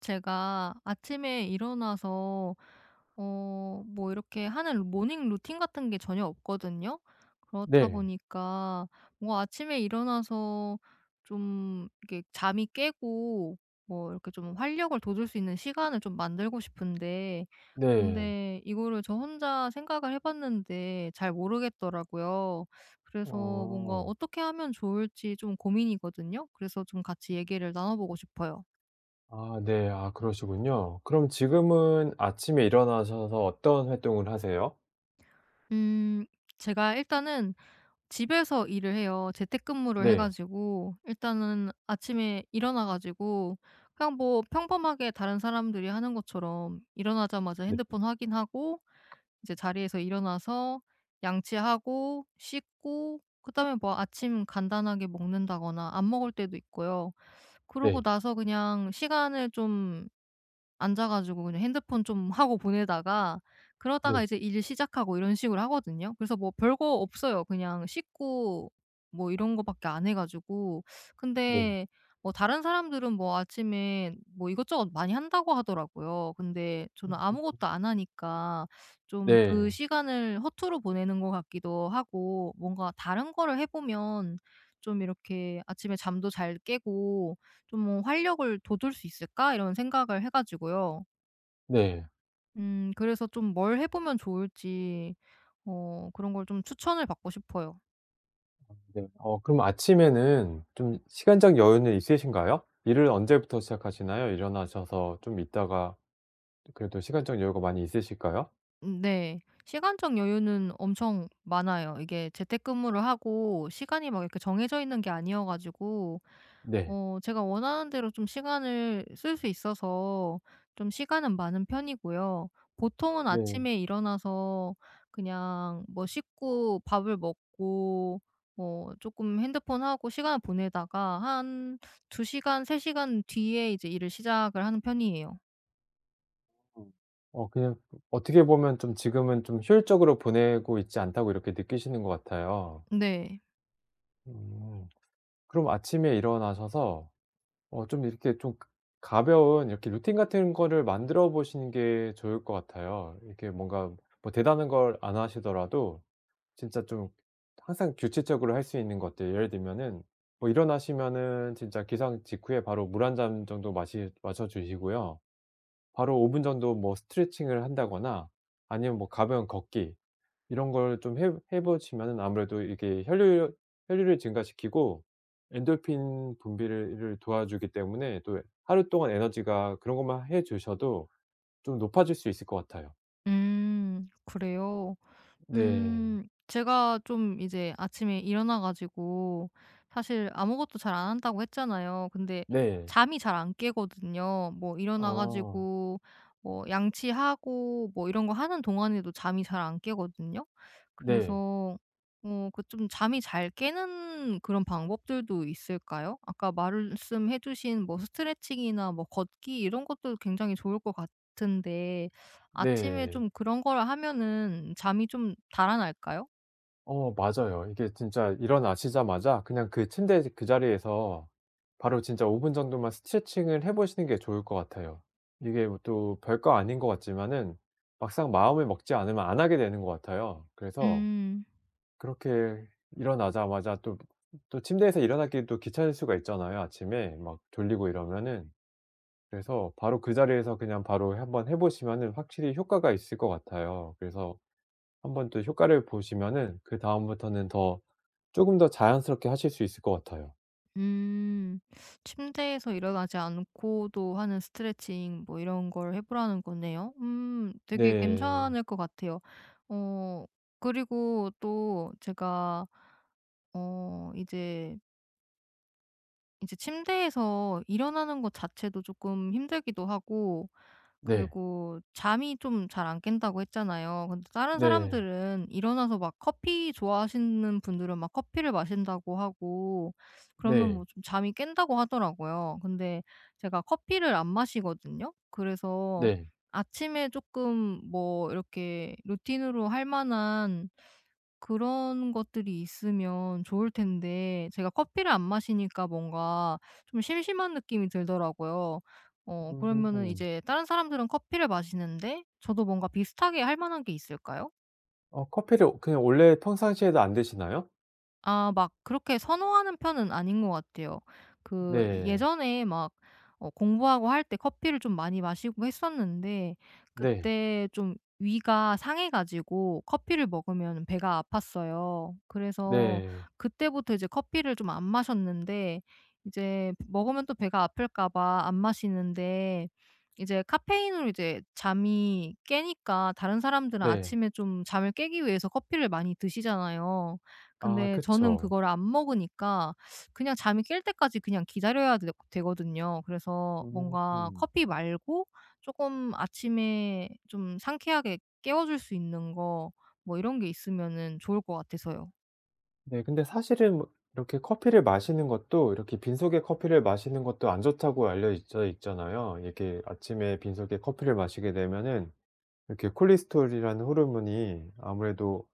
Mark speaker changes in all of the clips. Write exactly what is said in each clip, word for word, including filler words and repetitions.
Speaker 1: 제가 아침에 일어나서 어 뭐 이렇게 하는 모닝 루틴 같은 게 전혀 없거든요. 그렇다
Speaker 2: 네.
Speaker 1: 보니까 뭐 아침에 일어나서 좀 이렇게 잠이 깨고 뭐 이렇게 좀 활력을 돋울 수 있는 시간을 좀 만들고 싶은데,
Speaker 2: 네.
Speaker 1: 근데 이거를 저 혼자 생각을 해 봤는데 잘 모르겠더라고요. 그래서 뭔가
Speaker 2: 어.
Speaker 1: 어떻게 하면 좋을지 좀 고민이거든요. 그래서 좀 같이 얘기를 나눠 보고 싶어요.
Speaker 2: 아 네. 아 그러시군요. 그럼 지금은 아침에 일어나셔서 어떤 활동을 하세요?
Speaker 1: 음 제가 일단은 집에서 일을 해요. 재택근무를 해
Speaker 2: 네.
Speaker 1: 가지고 일단은 아침에 일어나 가지고, 그냥 뭐 평범하게 다른 사람들이 하는 것처럼 일어나자마자
Speaker 2: 네.
Speaker 1: 핸드폰 확인하고, 이제 자리에서 일어나서 양치하고 씻고 그다음에 뭐 아침 간단하게 먹는다거나 안 먹을 때도 있고요. 그러고
Speaker 2: 네.
Speaker 1: 나서 그냥 시간을 좀 앉아 가지고 그냥 핸드폰 좀 하고 보내다가, 그러다가
Speaker 2: 네.
Speaker 1: 이제 일 시작하고 이런 식으로 하거든요. 그래서 뭐 별거 없어요. 그냥 씻고 뭐 이런 거밖에 안 해 가지고.
Speaker 2: 네.
Speaker 1: 근데 뭐 다른 사람들은 뭐 아침에 뭐 이것저것 많이 한다고 하더라고요. 근데 저는 아무것도 안 하니까 좀 그
Speaker 2: 네.
Speaker 1: 시간을 허투루 보내는 것 같기도 하고, 뭔가 다른 거를 해 보면 좀 이렇게 아침에 잠도 잘 깨고 좀 뭐 '활력을 돋울 수 있을까?' 이런 생각을 해 가지고요.
Speaker 2: 네.
Speaker 1: 음 그래서 좀 뭘 해 보면 좋을지 어 그런 걸 좀 추천을 받고 싶어요.
Speaker 2: 네. 어 그럼 아침에는 좀 시간적 여유는 있으신가요? 일을 언제부터 시작하시나요? 일어나셔서 좀 있다가 그래도 시간적 여유가 많이 있으실까요?
Speaker 1: 음, 네. 시간적 여유는 엄청 많아요. 이게 재택근무를 하고 시간이 막 이렇게 정해져 있는 게 아니어 가지고
Speaker 2: 네.
Speaker 1: 어 제가 원하는 대로 좀 시간을 쓸 수 있어서 좀 시간은 많은 편이고요. 보통은
Speaker 2: 네.
Speaker 1: 아침에 일어나서 그냥 뭐 씻고 밥을 먹고 뭐 조금 핸드폰 하고 시간을 보내다가 한 두 시간 세 시간 뒤에 이제 일을 시작을 하는 편이에요.
Speaker 2: 음. 어 그냥 어떻게 보면 좀 지금은 좀 효율적으로 보내고 있지 않다고 이렇게 느끼시는 것 같아요.
Speaker 1: 네.
Speaker 2: 음. 그럼 아침에 일어나셔서 어 좀 이렇게 좀 가벼운 이렇게 루틴 같은 거를 만들어 보시는 게 좋을 것 같아요. 이렇게 뭔가 뭐 대단한 걸 안 하시더라도 진짜 좀 항상 규칙적으로 할 수 있는 것들 예를 들면은 뭐 일어나시면은 진짜 기상 직후에 바로 물 한 잔 정도 마시 마셔 주시고요. 바로 오 분 정도 뭐 스트레칭을 한다거나 아니면 뭐 가벼운 걷기 이런 걸 좀 해 해 보시면은 아무래도 이게 혈류 혈류를 증가시키고 엔돌핀 분비를 를 도와주기 때문에 또 하루 동안 에너지가 그런 것만 해 주셔도 좀 높아질 수 있을 것 같아요.
Speaker 1: 음 그래요?
Speaker 2: 네.
Speaker 1: 음 제가 좀 이제 아침에 일어나 가지고 사실 아무것도 잘 안 한다고 했잖아요. 근데
Speaker 2: 네.
Speaker 1: 잠이 잘 안 깨거든요. 뭐 일어나
Speaker 2: 어.
Speaker 1: 가지고 뭐 양치하고 뭐 이런 거 하는 동안에도 잠이 잘 안 깨거든요.
Speaker 2: 네.
Speaker 1: 그래서 어 그 좀 잠이 잘 깨는 그런 방법들도 있을까요? 아까 말씀해 주신 뭐 스트레칭이나 뭐 걷기 이런 것도 굉장히 좋을 것 같은데, 아침에
Speaker 2: 네.
Speaker 1: 좀 그런 거를 하면은 잠이 좀 달아날까요?
Speaker 2: 어 맞아요. 이게 진짜 일어나시자마자 그냥 그 침대 그 자리에서 바로 진짜 오 분 정도만 스트레칭을 해 보시는 게 좋을 것 같아요. 이게 뭐또 별거 아닌 것 같지만은 막상 마음을 먹지 않으면 안 하게 되는 것 같아요. 그래서
Speaker 1: 음.
Speaker 2: 그렇게 일어나자마자 또 또 침대에서 일어나기 또 귀찮을 수가 있잖아요 아침에 막 졸리고 이러면은. 그래서 바로 그 자리에서 그냥 바로 한번 해 보시면은 확실히 효과가 있을 것 같아요. 그래서 한번 또 효과를 보시면은 그다음부터는 더 조금 더 자연스럽게 하실 수 있을 것 같아요.
Speaker 1: 음. 침대에서 일어나지 않고도 하는 스트레칭 뭐 이런 걸 해 보라는 거네요. 음 되게
Speaker 2: 네.
Speaker 1: 괜찮을 것 같아요. 어 그리고 또 제가 어 이제, 이제 침대에서 일어나는 것 자체도 조금 힘들기도 하고,
Speaker 2: 네.
Speaker 1: 그리고 잠이 좀 잘 안 깬다고 했잖아요. 근데 다른
Speaker 2: 네.
Speaker 1: 사람들은 일어나서 막 커피 좋아하시는 분들은 막 커피를 마신다고 하고, 그러면
Speaker 2: 네.
Speaker 1: 뭐 좀 잠이 깬다고 하더라고요. 근데 제가 커피를 안 마시거든요. 그래서
Speaker 2: 네.
Speaker 1: 아침에 조금 뭐 이렇게 루틴으로 할 만한 그런 것들이 있으면 좋을 텐데, 제가 커피를 안 마시니까 뭔가 좀 심심한 느낌이 들더라고요. 어 그러면은
Speaker 2: 음.
Speaker 1: 이제 다른 사람들은 커피를 마시는데 저도 뭔가 비슷하게 할 만한 게 있을까요?
Speaker 2: 어 커피를 그냥 원래 평상시에도 안 드시나요?
Speaker 1: 아, 막 그렇게 선호하는 편은 아닌 것 같아요. 그
Speaker 2: 네.
Speaker 1: 예전에 막 어 공부하고 할 때 커피를 좀 많이 마시고 했었는데,
Speaker 2: 네.
Speaker 1: 그때 좀 위가 상해 가지고 커피를 먹으면 배가 아팠어요. 그래서
Speaker 2: 네.
Speaker 1: 그때부터 이제 커피를 좀 안 마셨는데, 이제 먹으면 또 배가 아플까 봐 안 마시는데, 이제 카페인으로 이제 잠이 깨니까 다른 사람들은
Speaker 2: 네.
Speaker 1: 아침에 좀 잠을 깨기 위해서 커피를 많이 드시잖아요.
Speaker 2: 아
Speaker 1: 근데 저는
Speaker 2: 그쵸.
Speaker 1: 그거를 안 먹으니까 그냥 잠이 깰 때까지 그냥 기다려야 되 되거든요. 그래서 뭔가
Speaker 2: 음.
Speaker 1: 커피 말고 조금 아침에 좀 상쾌하게 깨워 줄 수 있는 거 뭐 이런 게 있으면은 좋을 것 같아서요.
Speaker 2: 네 근데 사실은 뭐 이렇게 커피를 마시는 것도 이렇게 빈속에 커피를 마시는 것도 안 좋다고 알려져 있잖아요. 이렇게 아침에 빈속에 커피를 마시게 되면은 이렇게 콜레스테롤이라는 호르몬이 아무래도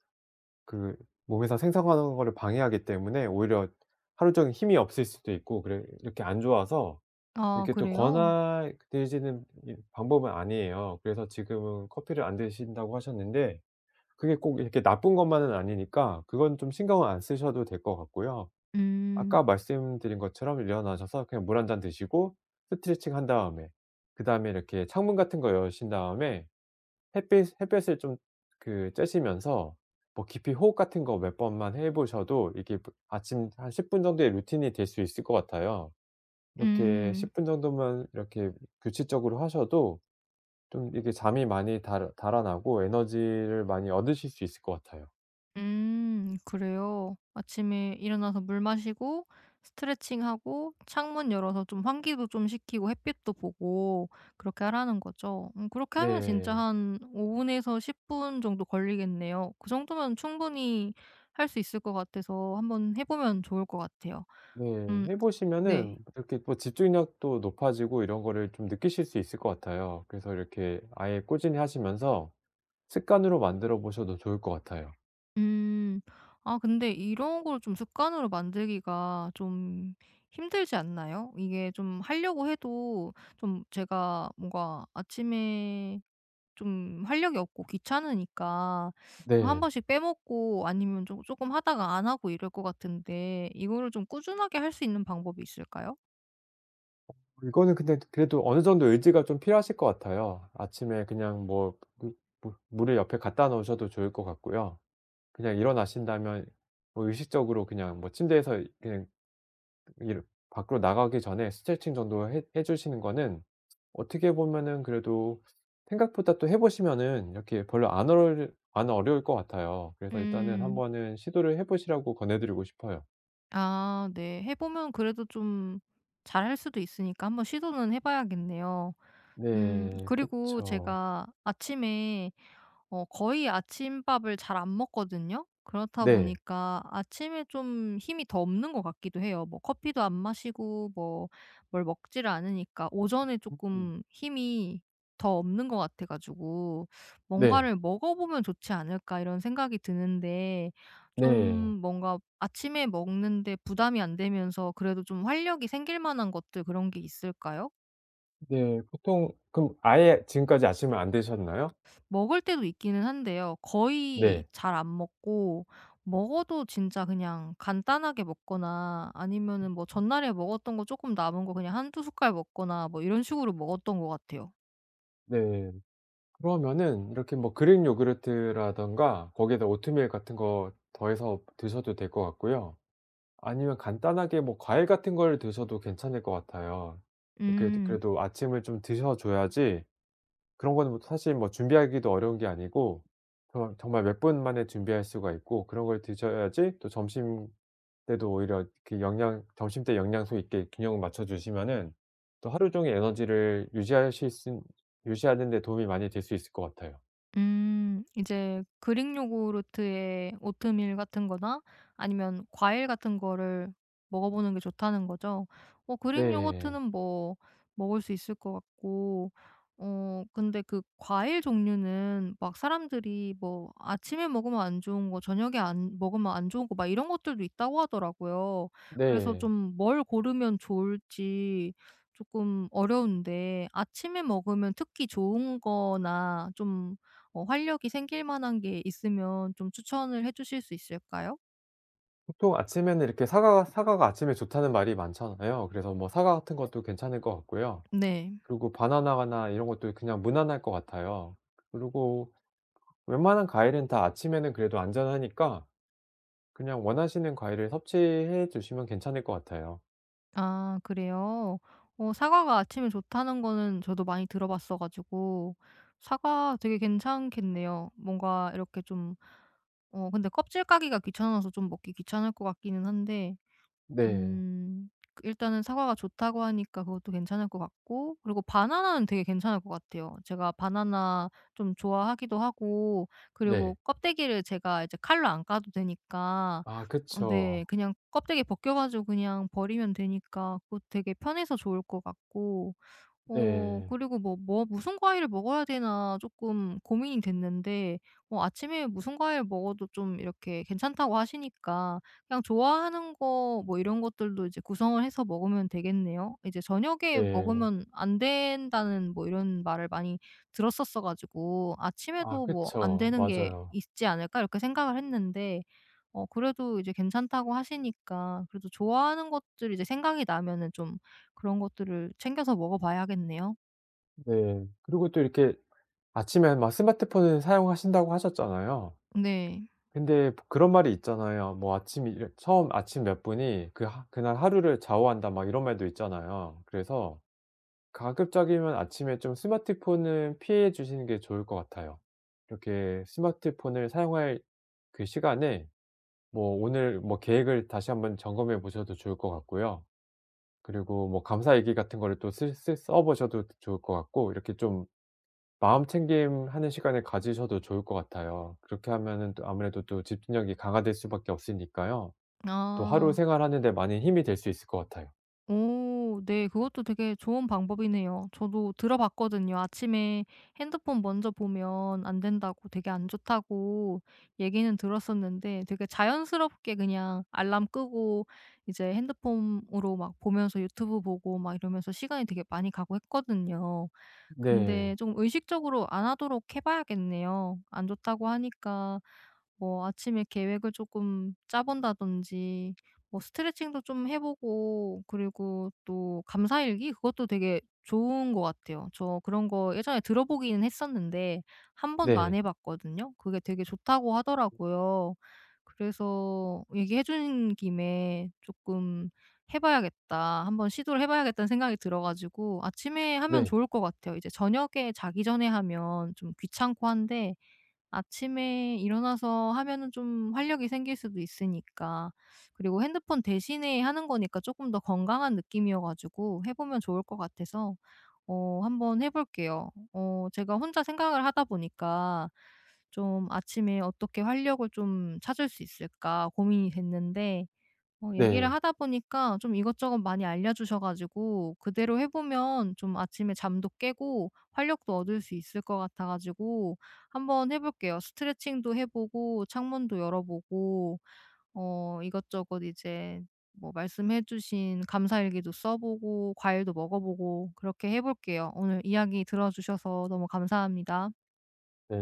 Speaker 2: 그 몸에서 생성하는 거를 방해하기 때문에 오히려 하루 종일 힘이 없을 수도 있고 그래 이렇게 안 좋아서
Speaker 1: 아,
Speaker 2: 이렇게 또
Speaker 1: 그래요?
Speaker 2: 권하되지는 이 방법은 아니에요. 그래서 지금은 커피를 안 드신다고 하셨는데 그게 꼭 이렇게 나쁜 것만은 아니니까 그건 좀 신경을 안 쓰셔도 될 것 같고요.
Speaker 1: 음.
Speaker 2: 아까 말씀드린 것처럼 일어나셔서 그냥 물 한 잔 드시고 스트레칭 한 다음에 그다음에 이렇게 창문 같은 거 여신 다음에 햇빛 햇볕을 좀 그 쬐시면서 뭐 깊이 호흡 같은 거 몇 번만 해 보셔도 이게 뭐 아침 한 십 분 정도의 루틴이 될 수 있을 것 같아요. 이렇게
Speaker 1: 음.
Speaker 2: 십 분 정도만 이렇게 규칙적으로 하셔도 좀 이게 잠이 많이 달 달아나고 에너지를 많이 얻으실 수 있을 것 같아요.
Speaker 1: 음 그래요? 아침에 일어나서 물 마시고 스트레칭하고 창문 열어서 좀 환기도 좀 시키고 햇빛도 보고 그렇게 하라는 거죠. 음 그렇게 하면 진짜
Speaker 2: 네.
Speaker 1: 한 오 분에서 십 분 정도 걸리겠네요. 그 정도면 충분히 할 수 있을 것 같아서 한번 해 보면 좋을 것 같아요.
Speaker 2: 네.
Speaker 1: 음,
Speaker 2: 해
Speaker 1: 네.
Speaker 2: 보시면은 이렇게 또 집중력도 높아지고 이런 거를 좀 느끼실 수 있을 것 같아요. 그래서 이렇게 아예 꾸준히 하시면서 습관으로 만들어 보셔도 좋을 것 같아요.
Speaker 1: 음. 아, 근데 이런 걸 좀 습관으로 만들기가 좀 힘들지 않나요? 이게 좀 하려고 해도 좀 제가 뭔가 아침에 좀 활력이 없고 귀찮으니까 좀 한
Speaker 2: 네.
Speaker 1: 번씩 빼먹고 아니면 좀금 하다가 안 하고 이럴 것 같은데, 이거를 좀 꾸준하게 할 수 있는 방법이 있을까요?
Speaker 2: 이거는 근데 그래도 어느 정도 의지가 좀 필요하실 것 같아요. 아침에 그냥 뭐 물 물 물을 옆에 갖다 놓으셔도 좋을 것 같고요. 그냥 일어나신다면 뭐 의식적으로 그냥 뭐 침대에서 그냥 일 밖으로 나가기 전에 스트레칭 정도 해 해 주시는 거는 어떻게 보면은 그래도 생각보다 또 해 보시면은 이렇게 별로 안 어려울 안 어려울 것 같아요. 그래서 일단은
Speaker 1: 음.
Speaker 2: 한번은 시도를 해 보시라고 권해 드리고 싶어요.
Speaker 1: 아, 네. 해 보면 그래도 좀 잘할 수도 있으니까 한번 시도는 해 봐야겠네요. 음
Speaker 2: 네.
Speaker 1: 그리고
Speaker 2: 그쵸.
Speaker 1: 제가 아침에 어 거의 아침밥을 잘 안 먹거든요. 그렇다
Speaker 2: 네.
Speaker 1: 보니까 아침에 좀 힘이 더 없는 것 같기도 해요. 뭐 커피도 안 마시고 뭐 뭘 먹지를 않으니까 오전에
Speaker 2: 음음.
Speaker 1: 조금 힘이 더 없는 것 같아 가지고
Speaker 2: 네.
Speaker 1: '뭔가를 먹어보면 좋지 않을까.' 이런 생각이 드는데, 좀
Speaker 2: 네.
Speaker 1: 뭔가 아침에 먹는데 부담이 안 되면서 그래도 좀 활력이 생길 만한 것들, 그런 게 있을까요?
Speaker 2: 네. 보통 그럼 아예 지금까지 아침을 안 드셨나요?
Speaker 1: 먹을 때도 있기는 한데요. 거의
Speaker 2: 네.
Speaker 1: 잘 안 먹고, 먹어도 진짜 그냥 간단하게 먹거나 아니면은 뭐 전날에 먹었던 거 조금 남은 거 그냥 한두 숟갈 먹거나 뭐 이런 식으로 먹었던 것 같아요.
Speaker 2: 네. 그러면은 이렇게 뭐 그릭 요구르트라든가 거기에다 오트밀 같은 거 더해서 드셔도 될 것 같고요. 아니면 간단하게 뭐 과일 같은 걸 드셔도 괜찮을 것 같아요. 이렇게
Speaker 1: 음.
Speaker 2: 그래도 아침을 좀 드셔 줘야지 그런 거는 뭐 사실 뭐 준비하기도 어려운 게 아니고 정 정말 몇 분 만에 준비할 수가 있고 그런 걸 드셔야지 또 점심 때도 오히려 그 영양 점심 때 영양소 있게 균형을 맞춰 주시면은 또 하루 종일 에너지를 유지하실 수 유지하는 데 도움이 많이 될 수 있을 것 같아요.
Speaker 1: 음 이제 그릭 요구르트에 오트밀 같은 거나 아니면 과일 같은 거를 먹어보는 게 좋다는 거죠. 어 그릭
Speaker 2: 네.
Speaker 1: 요거트는 뭐 먹을 수 있을 것 같고, 어 근데 그 과일 종류는 막 사람들이 뭐 아침에 먹으면 안 좋은 거 저녁에 안 먹으면 안 좋은 거 막 이런 것들도 있다고 하더라고요. 그래서
Speaker 2: 네.
Speaker 1: 좀 뭘 고르면 좋을지 조금 어려운데, 아침에 먹으면 특히 좋은 거나 좀 어 활력이 생길 만한 게 있으면 좀 추천을 해 주실 수 있을까요?
Speaker 2: 보통 아침에는 이렇게 사과 사과가 아침에 좋다는 말이 많잖아요. 그래서 뭐 사과 같은 것도 괜찮을 것 같고요.
Speaker 1: 네.
Speaker 2: 그리고 바나나나 이런 것도 그냥 무난할 것 같아요. 그리고 웬만한 과일은 다 아침에는 그래도 안전하니까 그냥 원하시는 과일을 섭취해 주시면 괜찮을 것 같아요.
Speaker 1: 아, 그래요? 어 사과가 아침에 좋다는 거는 저도 많이 들어 봤어 가지고 사과 되게 괜찮겠네요. 뭔가 이렇게 좀 어 근데 껍질 까기가 귀찮아서 좀 먹기 귀찮을 것 같기는 한데.
Speaker 2: 네.
Speaker 1: 음. 그 일단은 사과가 좋다고 하니까 그것도 괜찮을 것 같고, 그리고 바나나는 되게 괜찮을 것 같아요. 제가 바나나 좀 좋아하기도 하고, 그리고
Speaker 2: 네.
Speaker 1: 껍데기를 제가 이제 칼로 안 까도 되니까
Speaker 2: 아
Speaker 1: 어 네,
Speaker 2: 그쵸.
Speaker 1: 그냥 껍데기 벗겨 가지고 그냥 버리면 되니까 그것도 되게 편해서 좋을 것 같고, 어
Speaker 2: 네.
Speaker 1: 그리고 뭐 뭐 '무슨 과일을 먹어야 되나?' 조금 고민이 됐는데 어 아침에 무슨 과일 먹어도 좀 이렇게 괜찮다고 하시니까 그냥 좋아하는 거 뭐 이런 것들도 이제 구성을 해서 먹으면 되겠네요. 이제 저녁에
Speaker 2: 네.
Speaker 1: 먹으면 안 된다는 뭐 이런 말을 많이 들었었어 가지고
Speaker 2: 아
Speaker 1: '아침에도 뭐 안
Speaker 2: 그쵸.
Speaker 1: 되는 게
Speaker 2: 맞아요.
Speaker 1: 있지 않을까?' 이렇게 생각을 했는데 어 그래도 이제 괜찮다고 하시니까, 그래도 좋아하는 것들 이제 생각이 나면은 좀 그런 것들을 챙겨서 먹어 봐야겠네요.
Speaker 2: 네. 그리고 또 이렇게 아침에 막 스마트폰을 사용하신다고 하셨잖아요.
Speaker 1: 네.
Speaker 2: 근데 그런 말이 있잖아요. 뭐 아침이 이렇 "처음 아침 몇 분이 그 하 그날 하루를 좌우한다." 막 이런 말도 있잖아요. 그래서 가급적이면 아침에 좀 스마트폰은 피해 주시는 게 좋을 것 같아요. 이렇게 스마트폰을 사용할 그 시간에 뭐 오늘 뭐 계획을 다시 한번 점검해 보셔도 좋을 것 같고요. 그리고 뭐 감사 얘기 같은 거를 또 쓰 쓰 써 보셔도 좋을 것 같고 이렇게 좀 마음챙김하는 시간을 가지셔도 좋을 것 같아요. 그렇게 하면은 또 아무래도 또 집중력이 강화될 수밖에 없으니까요. 또 하루
Speaker 1: 아.
Speaker 2: 생활하는 데 많이 힘이 될 수 있을 것 같아요.
Speaker 1: 오, 네. 그것도 되게 좋은 방법이네요. 저도 들어봤거든요. 아침에 핸드폰 먼저 보면 안 된다고 되게 안 좋다고 얘기는 들었었는데, 되게 자연스럽게 그냥 알람 끄고 이제 핸드폰으로 막 보면서 유튜브 보고 막 이러면서 시간이 되게 많이 가고 했거든요. 근데
Speaker 2: 네.
Speaker 1: 좀 의식적으로 안 하도록 해 봐야겠네요. 안 좋다고 하니까 뭐 아침에 계획을 조금 짜 본다든지 뭐 스트레칭도 좀 해 보고, 그리고 또 감사일기 그것도 되게 좋은 것 같아요. 저 그런 거 예전에 들어보기는 했었는데 한 번도 안
Speaker 2: 네.
Speaker 1: 해 봤거든요. 그게 되게 좋다고 하더라고요. 그래서 얘기해 준 김에 조금 '해 봐야겠다. 한번 시도를 해 봐야겠다.'는 생각이 들어 가지고, 아침에 하면
Speaker 2: 네.
Speaker 1: 좋을 것 같아요. 이제 저녁에 자기 전에 하면 좀 귀찮고 한데 아침에 일어나서 하면은 좀 활력이 생길 수도 있으니까, 그리고 핸드폰 대신에 하는 거니까 조금 더 건강한 느낌이어 가지고 해 보면 좋을 것 같아서 어 한번 해 볼게요. 어 제가 혼자 생각을 하다 보니까 좀 '아침에 어떻게 활력을 좀 찾을 수 있을까?' 고민이 됐는데, 어 얘기를
Speaker 2: 네.
Speaker 1: 하다 보니까 좀 이것저것 많이 알려주셔 가지고 그대로 해 보면 좀 아침에 잠도 깨고 활력도 얻을 수 있을 것 같아 가지고 한번 해 볼게요. 스트레칭도 해 보고 창문도 열어 보고 어 이것저것 이제 뭐 말씀해 주신 감사일기도 써 보고 과일도 먹어 보고 그렇게 해 볼게요. 오늘 이야기 들어 주셔서 너무 감사합니다.
Speaker 2: 네.